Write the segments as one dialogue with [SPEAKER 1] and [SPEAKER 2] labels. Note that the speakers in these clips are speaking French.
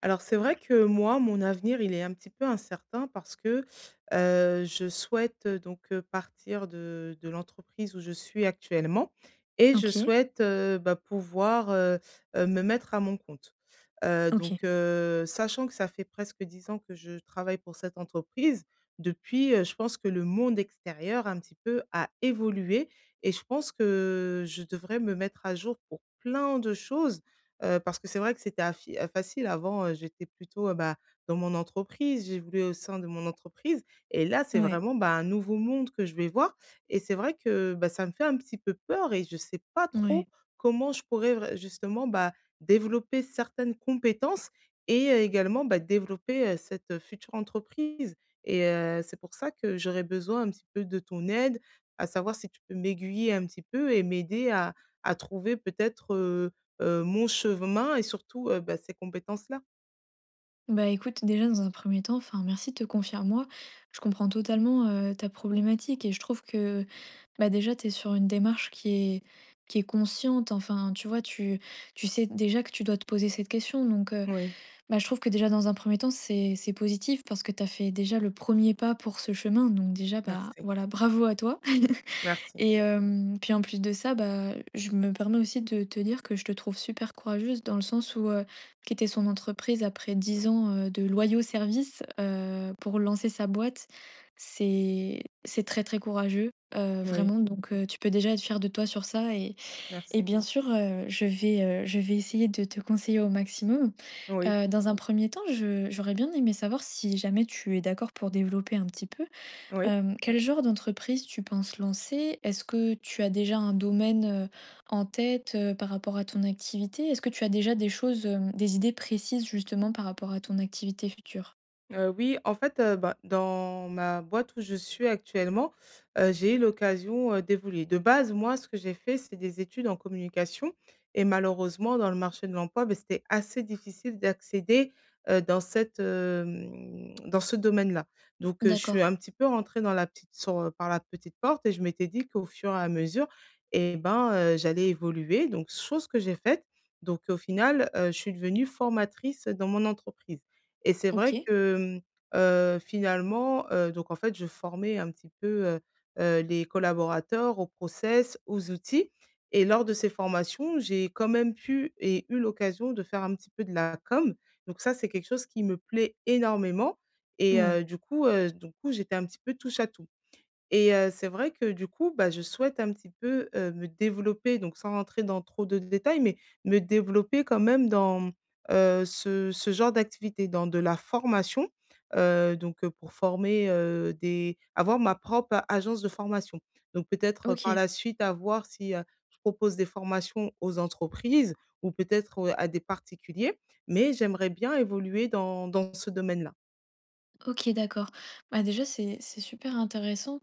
[SPEAKER 1] Alors c'est vrai que moi, mon avenir, il est un petit peu incertain parce que, je souhaite, partir de l'entreprise où je suis actuellement et je
[SPEAKER 2] OK,
[SPEAKER 1] souhaite, bah, pouvoir, me mettre à mon compte.
[SPEAKER 2] OK.
[SPEAKER 1] Sachant que ça fait presque 10 ans que je travaille pour cette entreprise, depuis, je pense que le monde extérieur un petit peu a évolué et je pense que je devrais me mettre à jour pour plein de choses. Parce que c'est vrai que c'était affi facile avant, j'étais plutôt, dans mon entreprise, j'évoluais au sein de mon entreprise et là, c'est
[SPEAKER 2] Ouais,
[SPEAKER 1] vraiment, bah, un nouveau monde que je vais voir et c'est vrai que, bah, ça me fait un petit peu peur et je ne sais pas
[SPEAKER 2] ouais.
[SPEAKER 1] trop comment je pourrais vrai justement, bah, développer certaines compétences et également, bah, développer, cette, future entreprise et c'est pour ça que j'aurais besoin un petit peu de ton aide, à savoir si tu peux m'aiguiller un petit peu et m'aider à trouver peut-être, mon chemin et surtout, bah, ces compétences-là.
[SPEAKER 2] Bah, écoute, déjà, dans un premier temps, enfin, merci de te confier à moi. Je comprends totalement, ta problématique et je trouve que, bah, déjà, tu es sur une démarche qui est consciente. Enfin, tu vois, tu sais déjà que tu dois te poser cette question donc
[SPEAKER 1] Oui,
[SPEAKER 2] bah, je trouve que déjà, dans un premier temps, c'est positif parce que tu as fait déjà le premier pas pour ce chemin donc déjà, bah,
[SPEAKER 1] merci,
[SPEAKER 2] voilà, bravo à toi.
[SPEAKER 1] merci.
[SPEAKER 2] Et puis en plus de ça, bah, je me permets aussi de te dire que je te trouve super courageuse dans le sens où, quitter son entreprise après 10 ans, de loyaux services, pour lancer sa boîte, c'est très, très courageux,
[SPEAKER 1] Oui,
[SPEAKER 2] vraiment donc tu peux déjà être fière de toi sur ça et
[SPEAKER 1] merci.
[SPEAKER 2] bien sûr, je vais essayer de te conseiller au maximum.
[SPEAKER 1] Oui,
[SPEAKER 2] Dans un premier temps, je j'aurais bien aimé savoir si jamais tu es d'accord pour développer un petit peu.
[SPEAKER 1] oui.
[SPEAKER 2] Quel genre d'entreprise tu penses lancer? Est-ce que tu as déjà un domaine, en tête, par rapport à ton activité? Est-ce que tu as déjà des choses, des idées précises justement par rapport à ton activité future?
[SPEAKER 1] Oui, en fait, bah, dans ma boîte où je suis actuellement, j'ai eu l'occasion, d'évoluer. De base, moi, ce que j'ai fait, c'est des études en communication et malheureusement, dans le marché de l'emploi, beh, c'était assez difficile d'accéder, dans cette, dans ce domaine-là. Donc je suis
[SPEAKER 2] D'accord,
[SPEAKER 1] un petit peu rentrée dans par la petite porte et je m'étais dit qu'au fur et à mesure et ben, j'allais évoluer donc chose que j'ai faite. Donc au final, je suis devenue formatrice dans mon entreprise. Et c'est vrai
[SPEAKER 2] OK.
[SPEAKER 1] que, finalement, en fait, je formais un petit peu, les collaborateurs au process, aux outils et lors de ces formations, j'ai quand même pu et eu l'occasion de faire un petit peu de la com. Donc ça, c'est quelque chose qui me plaît énormément et
[SPEAKER 2] Ouais.
[SPEAKER 1] du coup, j'étais un petit peu touche à tout. Et c'est vrai que du coup, bah, je souhaite un petit peu, me développer, donc sans rentrer dans trop de détails, mais me développer quand même dans, ce genre d'activité, dans de la formation, pour former, des avoir ma propre agence de formation. Donc
[SPEAKER 2] Ouais,
[SPEAKER 1] peut-être, par
[SPEAKER 2] OK.
[SPEAKER 1] la suite à voir si, je propose des formations aux entreprises ou peut-être, à des particuliers, mais j'aimerais bien évoluer dans ce domaine-là.
[SPEAKER 2] OK, d'accord. Bah déjà, c'est super intéressant.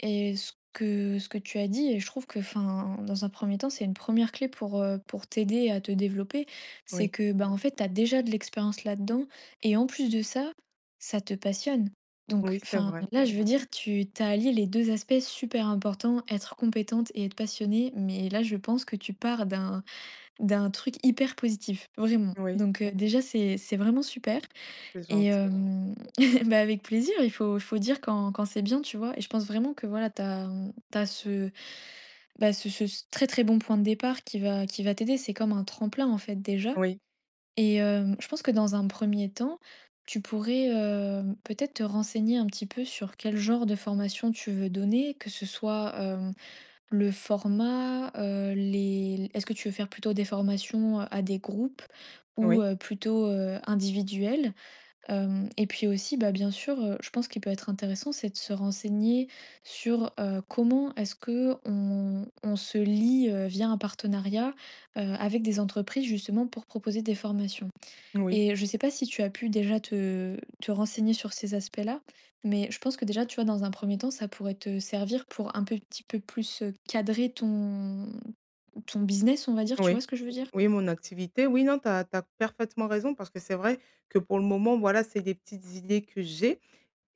[SPEAKER 2] Et ce que tu as dit, et je trouve que, enfin, dans un premier temps, c'est une première clé pour t'aider à te développer, c'est
[SPEAKER 1] Oui.
[SPEAKER 2] que, bah, en fait, tu as déjà de l'expérience là-dedans. Et en plus de ça, ça te passionne. Donc,
[SPEAKER 1] Oui, c'est
[SPEAKER 2] enfin,
[SPEAKER 1] vrai.
[SPEAKER 2] là, je veux dire, tu t'as allié les deux aspects super importants, être compétente et être passionnée. Mais là, je pense que tu pars d'un truc hyper positif, vraiment.
[SPEAKER 1] Oui.
[SPEAKER 2] Donc, déjà, c'est vraiment super.
[SPEAKER 1] C'est
[SPEAKER 2] Et
[SPEAKER 1] gentil,
[SPEAKER 2] bah, avec plaisir, il faut dire quand quand c'est bien, tu vois? Et je pense vraiment que voilà, t'as ce, bah, ce très, très bon point de départ qui va t'aider. C'est comme un tremplin, en fait, déjà.
[SPEAKER 1] oui.
[SPEAKER 2] Et je pense que dans un premier temps, tu pourrais, peut-être te renseigner un petit peu sur quel genre de formation tu veux donner, que ce soit, le format, les est-ce que tu veux faire plutôt des formations, à des groupes
[SPEAKER 1] Oui,
[SPEAKER 2] ou
[SPEAKER 1] oui.
[SPEAKER 2] plutôt, individuelles? Et puis aussi, bah, bien sûr, je pense qu'il peut être intéressant, c'est de se renseigner sur, comment est-ce que on se lie, via un partenariat, avec des entreprises justement pour proposer des formations.
[SPEAKER 1] Oui,
[SPEAKER 2] Et je ne sais pas si tu as pu déjà te renseigner sur ces aspects-là, mais je pense que déjà, tu vois, dans un premier temps, ça pourrait te servir pour un peu petit peu plus, cadrer ton ton business, on va dire, tu
[SPEAKER 1] oui.
[SPEAKER 2] vois ce que je veux dire?
[SPEAKER 1] Oui, mon activité. Oui, non, tu as parfaitement raison parce que c'est vrai que pour le moment, voilà, c'est des petites idées que j'ai.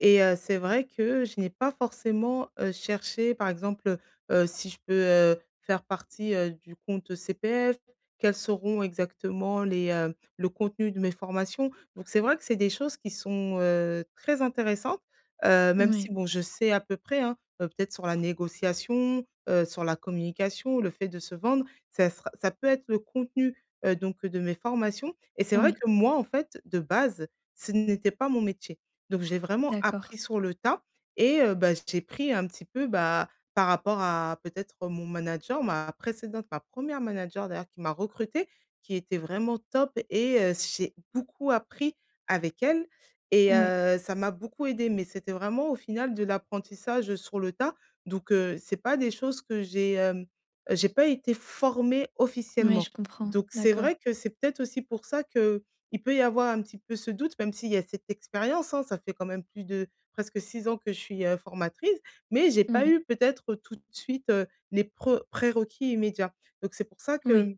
[SPEAKER 1] Et c'est vrai que je n'ai pas forcément, cherché par exemple, si je peux, faire partie, du compte CPF, quels seront exactement les, le contenu de mes formations. Donc c'est vrai que c'est des choses qui sont, très intéressantes, même
[SPEAKER 2] Oui,
[SPEAKER 1] si bon je sais à peu près, hein, peut-être sur la négociation, sur la communication, le fait de se vendre, ça peut être le contenu, de mes formations et c'est vrai
[SPEAKER 2] oui,
[SPEAKER 1] que moi, en fait, de base, ce n'était pas mon métier. Donc j'ai vraiment
[SPEAKER 2] d'accord.
[SPEAKER 1] appris sur le tas et bah, j'ai pris un petit peu, bah, par rapport à peut-être mon manager, ma première manager d'ailleurs qui m'a recrutée, qui était vraiment top et j'ai beaucoup appris avec elle et
[SPEAKER 2] Oui,
[SPEAKER 1] ça m'a beaucoup aidée. Mais c'était vraiment au final de l'apprentissage, sur le tas. Donc c'est pas des choses que j'ai pas été formée
[SPEAKER 2] oui,
[SPEAKER 1] officiellement.
[SPEAKER 2] je comprends,
[SPEAKER 1] Donc c'est
[SPEAKER 2] d'accord.
[SPEAKER 1] vrai que c'est peut-être aussi pour ça que il peut y avoir un petit peu ce doute, même s'il y a cette expérience, hein, ça fait quand même plus de presque 6 ans que je suis, formatrice, mais j'ai pas
[SPEAKER 2] Oui.
[SPEAKER 1] eu peut-être tout de suite, les pre prérequis immédiats. Donc c'est pour ça
[SPEAKER 2] Oui,
[SPEAKER 1] que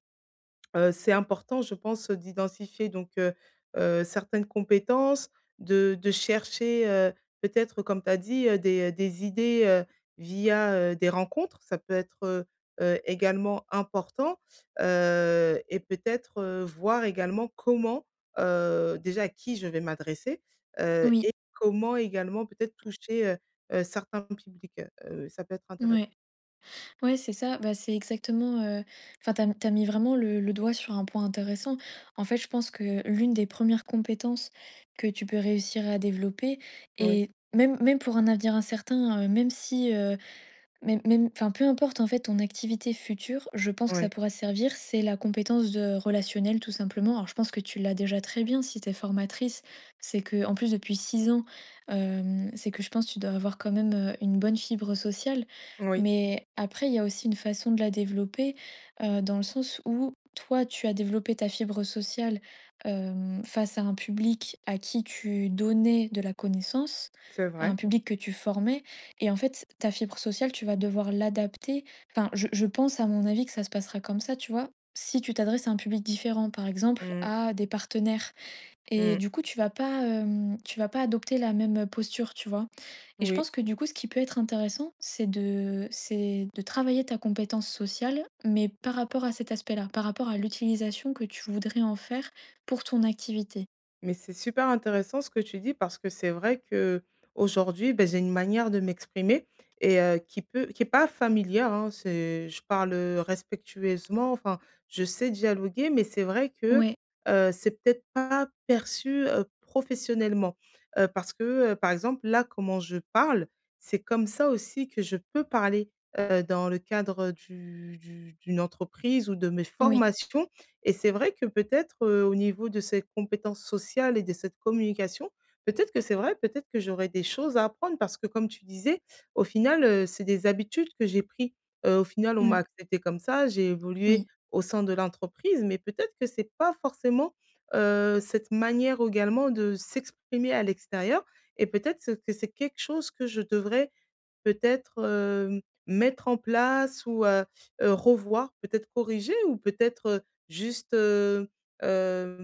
[SPEAKER 1] C'est important je pense, d'identifier certaines compétences, de chercher, peut-être comme tu as dit, heu, des idées, via, des rencontres. Ça peut être, également important, et peut-être, voir également comment, déjà à qui je vais m'adresser,
[SPEAKER 2] oui,
[SPEAKER 1] et comment également peut-être toucher, certains publics, ça peut être
[SPEAKER 2] ouais.
[SPEAKER 1] intéressant.
[SPEAKER 2] Ouais, c'est ça, bah, c'est exactement, enfin, t'as mis vraiment le doigt sur un point intéressant. En fait, je pense que l'une des premières compétences que tu peux réussir à développer
[SPEAKER 1] Oui,
[SPEAKER 2] et même pour un avenir incertain, même si. Mais même enfin, peu importe, en fait, ton activité future, je pense que ça
[SPEAKER 1] oui,
[SPEAKER 2] pourra te servir, c'est la compétence de relationnelle, tout simplement. Alors, je pense que tu l'as déjà très bien si tu es formatrice. C'est que, en plus, depuis 6 ans, c'est que je pense que tu dois avoir quand même, une bonne fibre sociale.
[SPEAKER 1] oui,
[SPEAKER 2] Mais après, il y a aussi une façon de la développer, dans le sens où toi, tu as développé ta fibre sociale, face à un public à qui tu donnais de la connaissance,
[SPEAKER 1] c'est
[SPEAKER 2] à un
[SPEAKER 1] vrai.
[SPEAKER 2] public que tu formais. Et en fait, ta fibre sociale, tu vas devoir l'adapter. Enfin, je pense, à mon avis, que ça se passera comme ça, tu vois. Si tu t'adresses à un public différent, par exemple,
[SPEAKER 1] Mmh,
[SPEAKER 2] à des partenaires, et
[SPEAKER 1] mmh,
[SPEAKER 2] du coup, tu vas pas adopter la même posture, tu vois. Et je
[SPEAKER 1] oui.
[SPEAKER 2] pense que du coup, ce qui peut être intéressant, c'est de travailler ta compétence sociale, mais par rapport à cet aspect-là, par rapport à l'utilisation que tu voudrais en faire pour ton activité.
[SPEAKER 1] Mais c'est super intéressant ce que tu dis parce que c'est vrai qu'aujourd'hui, beh, j'ai une manière de m'exprimer et qui peut qui est pas familière, hein. C'est je parle, respectueusement, enfin, je sais dialoguer, mais c'est vrai que,
[SPEAKER 2] Ouais,
[SPEAKER 1] c'est peut-être pas perçu, professionnellement. Parce que, par exemple, là, comment je parle, c'est comme ça aussi que je peux parler, dans le cadre, du d'une entreprise ou de mes
[SPEAKER 2] oui,
[SPEAKER 1] formations. Et c'est vrai que peut-être, au niveau de cette compétence sociale et de cette communication, peut-être que c'est vrai, peut-être que j'aurais des choses à apprendre parce que comme tu disais, au final, c'est des habitudes que j'ai pris. Au final, on m'a
[SPEAKER 2] mm,
[SPEAKER 1] accepté comme ça, j'ai évolué
[SPEAKER 2] oui,
[SPEAKER 1] au sein de l'entreprise, mais peut-être que c'est pas forcément, cette manière également de s'exprimer à l'extérieur et peut-être ce que c'est quelque chose que je devrais, peut-être, mettre en place ou revoir, peut-être corriger ou peut-être, juste, hem,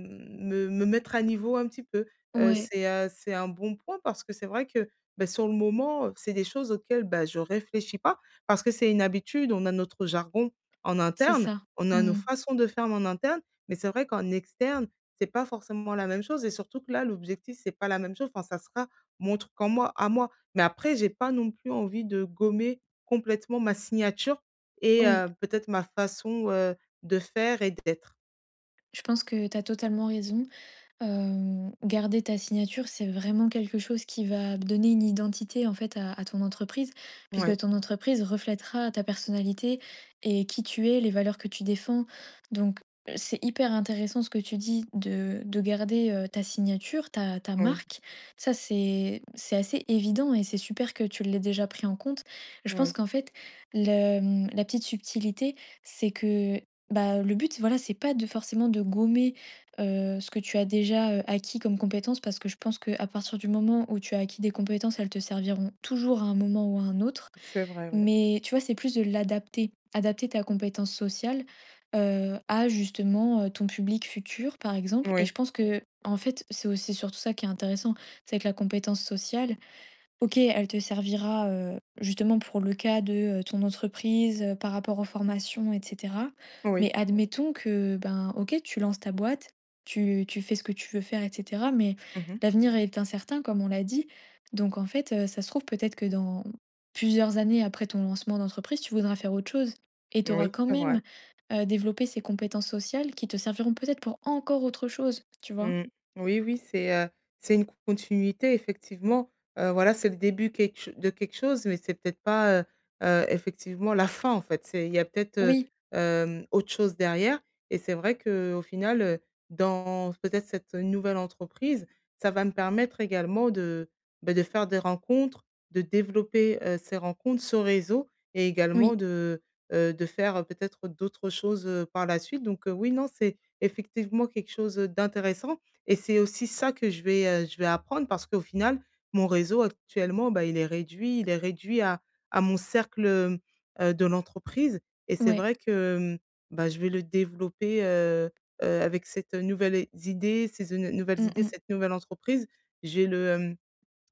[SPEAKER 1] me mettre à niveau un petit peu.
[SPEAKER 2] ouais,
[SPEAKER 1] C'est un bon point parce que c'est vrai que, bah, sur le moment, c'est des choses auxquelles, bah, je réfléchis pas parce que c'est une habitude, on a notre jargon en
[SPEAKER 2] c'est
[SPEAKER 1] interne,
[SPEAKER 2] ça.
[SPEAKER 1] on a nos
[SPEAKER 2] Mm.
[SPEAKER 1] façons de faire en interne, mais c'est vrai qu'en externe, c'est pas forcément la même chose et surtout que là, l'objectif, c'est pas la même chose, enfin, ça sera mon truc en moi à moi. Mais après, j'ai pas non plus envie de gommer complètement ma signature et
[SPEAKER 2] Oui.
[SPEAKER 1] peut-être ma façon, de faire et d'être.
[SPEAKER 2] Je pense que tu as totalement raison. Garder ta signature, c'est vraiment quelque chose qui va donner une identité, en fait, à ton entreprise, puisque
[SPEAKER 1] Ouais,
[SPEAKER 2] ton entreprise reflètera ta personnalité et qui tu es, les valeurs que tu défends. Donc, c'est hyper intéressant ce que tu dis de garder, ta signature, ta
[SPEAKER 1] oui,
[SPEAKER 2] marque. Ça, c'est assez évident et c'est super que tu l'aies déjà pris en compte. Je pense
[SPEAKER 1] oui,
[SPEAKER 2] qu'en fait, la petite subtilité, c'est que, bah, le but, voilà, c'est pas de forcément de gommer ce que tu as déjà, acquis comme compétences parce que je pense qu'à partir du moment où tu as acquis des compétences, elles te serviront toujours à un moment ou à un autre.
[SPEAKER 1] c'est vrai, oui.
[SPEAKER 2] Mais tu vois, c'est plus de l'adapter, adapter ta compétence sociale, à justement, ton public futur, par exemple et je
[SPEAKER 1] Oui,
[SPEAKER 2] pense que en fait, c'est aussi surtout ça qui est intéressant, c'est que la compétence sociale OK, elle te servira, justement pour le cas de, ton entreprise, par rapport aux formations et cetera. Mais
[SPEAKER 1] oui.
[SPEAKER 2] admettons que, ben, OK, tu lances ta boîte, tu fais ce que tu veux faire et cetera, mais
[SPEAKER 1] Mmh.
[SPEAKER 2] l'avenir est incertain comme on l'a dit. Donc en fait, ça se trouve peut-être que dans plusieurs années après ton lancement d'entreprise, tu voudras faire autre chose et tu auras
[SPEAKER 1] Oui,
[SPEAKER 2] quand
[SPEAKER 1] c'est
[SPEAKER 2] même,
[SPEAKER 1] vrai.
[SPEAKER 2] développé ces compétences sociales qui te serviront peut-être pour encore autre chose, tu vois?
[SPEAKER 1] Mmh. Oui, oui, c'est une continuité effectivement, voilà, c'est le début quelque ch de quelque chose, mais c'est peut-être pas, effectivement la fin en fait. C'est il y a peut-être,
[SPEAKER 2] Oui,
[SPEAKER 1] autre chose derrière et c'est vrai que au final, dans peut-être cette nouvelle entreprise, ça va me permettre également de, bah, de faire des rencontres, de développer, ces rencontres, ce réseau et également
[SPEAKER 2] oui,
[SPEAKER 1] de faire peut-être d'autres choses, par la suite. Donc, oui, non, c'est effectivement quelque chose, d'intéressant et c'est aussi ça que je vais apprendre parce qu'au final, mon réseau actuellement, bah, il est réduit à mon cercle, de l'entreprise et c'est
[SPEAKER 2] ouais.
[SPEAKER 1] vrai que, bah, je vais le développer, avec cette, nouvelle idée
[SPEAKER 2] Mmh mh.
[SPEAKER 1] cette nouvelle entreprise. J'ai le, hem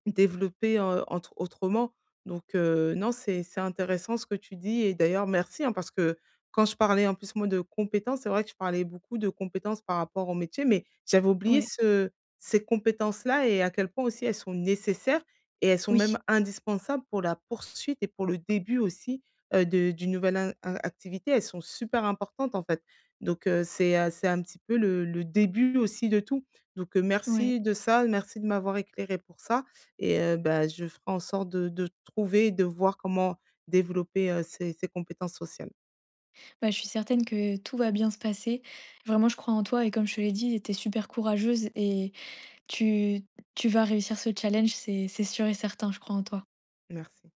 [SPEAKER 1] Développer, entre autrement donc non, c'est intéressant ce que tu dis et d'ailleurs merci, hein, parce que quand je parlais en plus moi de compétences, c'est vrai que je parlais beaucoup de compétences par rapport au métier, mais j'avais oublié
[SPEAKER 2] Ouais.
[SPEAKER 1] ce ces compétences-là et à quel point aussi elles sont nécessaires et elles sont
[SPEAKER 2] Oui,
[SPEAKER 1] même indispensables pour la poursuite et pour le début aussi, de d'une nouvelle in a activité. Elles sont super importantes, en fait c'est un petit peu le début aussi de tout donc
[SPEAKER 2] ouais.
[SPEAKER 1] merci de ça, merci de m'avoir éclairé pour ça et bah, je ferai en sorte de trouver et de voir comment développer, ces compétences sociales.
[SPEAKER 2] Bah, je suis certaine que tout va bien se passer. Vraiment, je crois en toi et comme je te l'ai dit, tu es super courageuse et tu, tu vas réussir ce challenge, c'est sûr et certain, je crois en toi.
[SPEAKER 1] Merci.